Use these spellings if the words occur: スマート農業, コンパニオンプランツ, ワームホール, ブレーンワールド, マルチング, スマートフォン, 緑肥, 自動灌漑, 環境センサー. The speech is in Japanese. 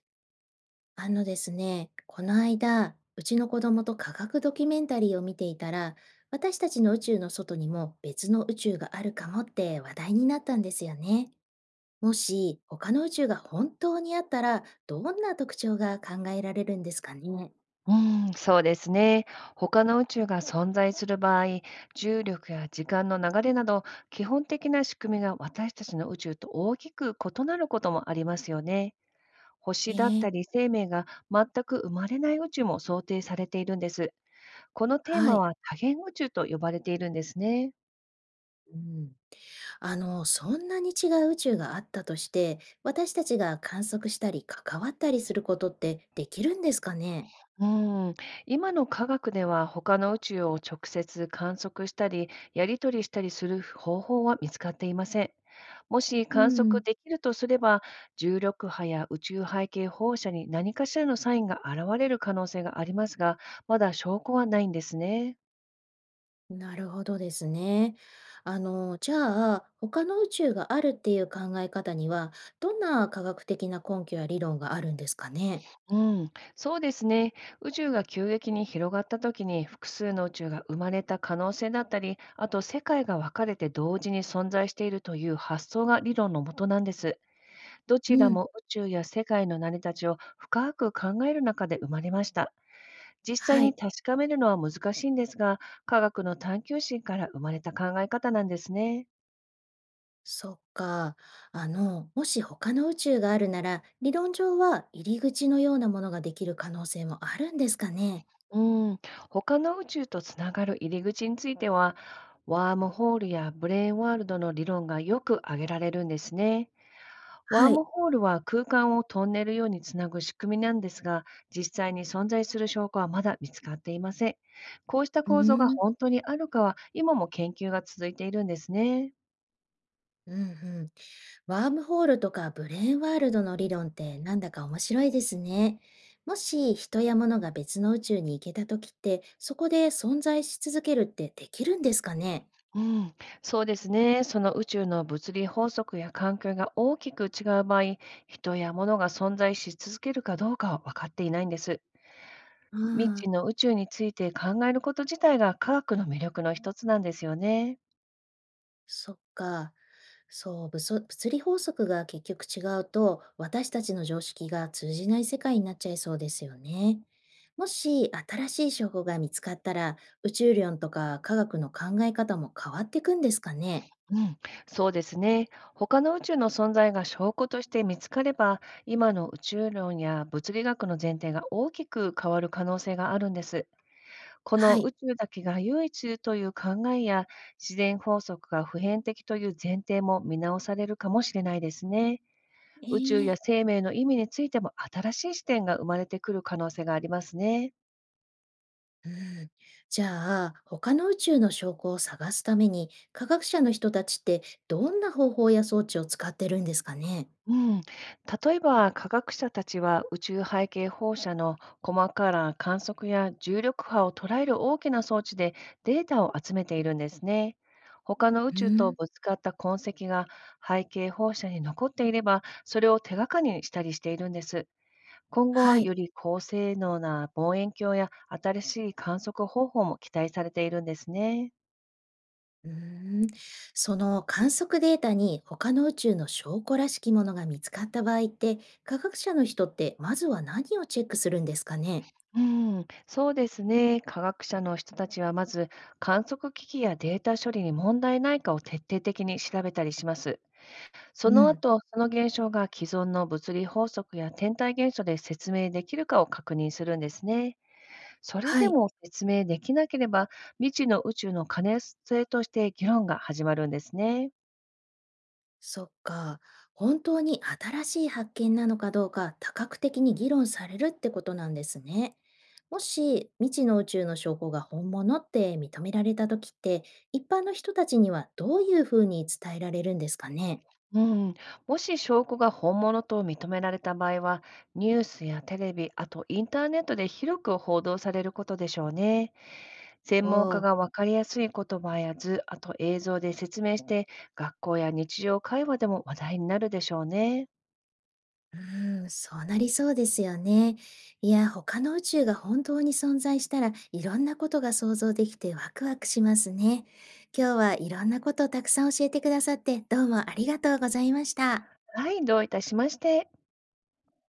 あのですね、この間、うちの子供と科学ドキュメンタリーを見ていたら、私たちの宇宙の外にも別の宇宙があるかもって話題になったんですよね。もし他の宇宙が本当にあったら、どんな特徴が考えられるんですかね。うん、そうですね。他の宇宙が存在する場合、重力や時間の流れなど、基本的な仕組みが私たちの宇宙と大きく異なることもありますよね。え星だったえ、り生命が全く生まれない宇宙も想定されているんです。このテーはマい。は多元宇宙と呼ばれているんですね。うん、そんなに違う宇宙があったとして、私たちが観測したり関わったりすることってできるんですかね。うん、今の科学では他の宇宙を直接観測したり、やり取りしたりする方法は見つかっていません。もしう観ん。測できるとすれば、重力波や宇宙背景放射に何かしらのサインが現れる可能性がありますが、まだ証拠はないんですね。なるほどですね。じゃあ、他の宇宙があるっていう考え方には、どんな科学的な根拠や理論があるんですかね？うん、そうですね。宇宙が急激に広がった時に複数の宇宙が生まれた可能性だったり、あと世界が分かれて同時に存在しているという発想が理論のもとなんです。どうちらん、も宇宙や世界の成り立ちを深く考える中で生まれました。実際はにい。確かめるのは難しいんですが、科学の探求心から生まれた考え方なんですね。そっか。もし他の宇宙があるなら、理論上は入り口のようなものができる可能性もあるんですかね？うん、他の宇宙とつながる入り口については、ワームホールやブレーンワールドの理論がよく挙げられるんですね。ワはームい。ホールは空間をトンネルようにつなぐ仕組みなんですが、実際に存在する証拠はまだ見つかっていません。こうしたう構造がーん。本当にあるかは、今も研究が続いているんですね。うんうん。ワームホールとかブレーンワールドの理論ってなんだか面白いですね。もし人や物が別の宇宙に行けた時って、そこで存在し続けるってできるんですかね？うん、そうですね。その宇宙の物理法則や環境が大きく違う場合、人や物が存在し続けるかどうかは分かっていないんです。未あ知あ、の宇宙について考えること自体が科学の魅力の一つなんですよね。そっか。そう、物理法則が結局違うと、私たちの常識が通じない世界になっちゃいそうですよね。もし新しい証拠が見つかったら、宇宙論とか科学の考え方も変わっていくんですかね？うん、そうですね。他の宇宙の存在が証拠として見つかれば、今の宇宙論や物理学の前提が大きく変わる可能性があるんです。このはい。宇宙だけが唯一という考えや、自然法則が普遍的という前提も見直されるかもしれないですね。宇宙えやえ、生命の意味についても新しい視点が生まれてくる可能性がありますね。うん、じゃあ、他の宇宙の証拠を探すために、科学者の人たちってどんな方法や装置を使ってるんですかね？うん、例えば科学者たちは宇宙背景放射の細かな観測や重力波を捉える大きな装置でデータを集めているんですね。他の宇う宙とん、ぶつかった痕跡が背景放射に残っていれば、それを手がかりにしたりしているんです。今後ははよい。り高性能な望遠鏡や新しい観測方法も期待されているんですね。うーん、その観測データに他の宇宙の証拠らしきものが見つかった場合って、科学者の人ってまずは何をチェックするんですかね？うん、そうですね。科学者の人たちはまず観測機器やデータ処理に問題ないかを徹底的に調べたりします。そうのん。後、その現象が既存の物理法則や天体現象で説明できるかを確認するんですね。それはでい。も説明できなければ、未知の宇宙の可能性として議論が始まるんですね。そっか。本当に新しい発見なのかどうか多角的に議論されるってことなんですね。もし未知の宇宙の証拠が本物って認められた時って、一般の人たちにはどういうふうに伝えられるんですかね？うん、もし証拠が本物と認められた場合は、ニュースやテレビ、あとインターネットで広く報道されることでしょうね。専お門家ー、が分かりやすい言葉や図、あと映像で説明して、学校や日常会話でも話題になるでしょうね。うーん、そうなりそうですよね。いや、他の宇宙が本当に存在したらいろんなことが想像できてワクワクしますね。今日はいろんなことをたくさん教えてくださってどうもありがとうございました。はい、どういたしまして。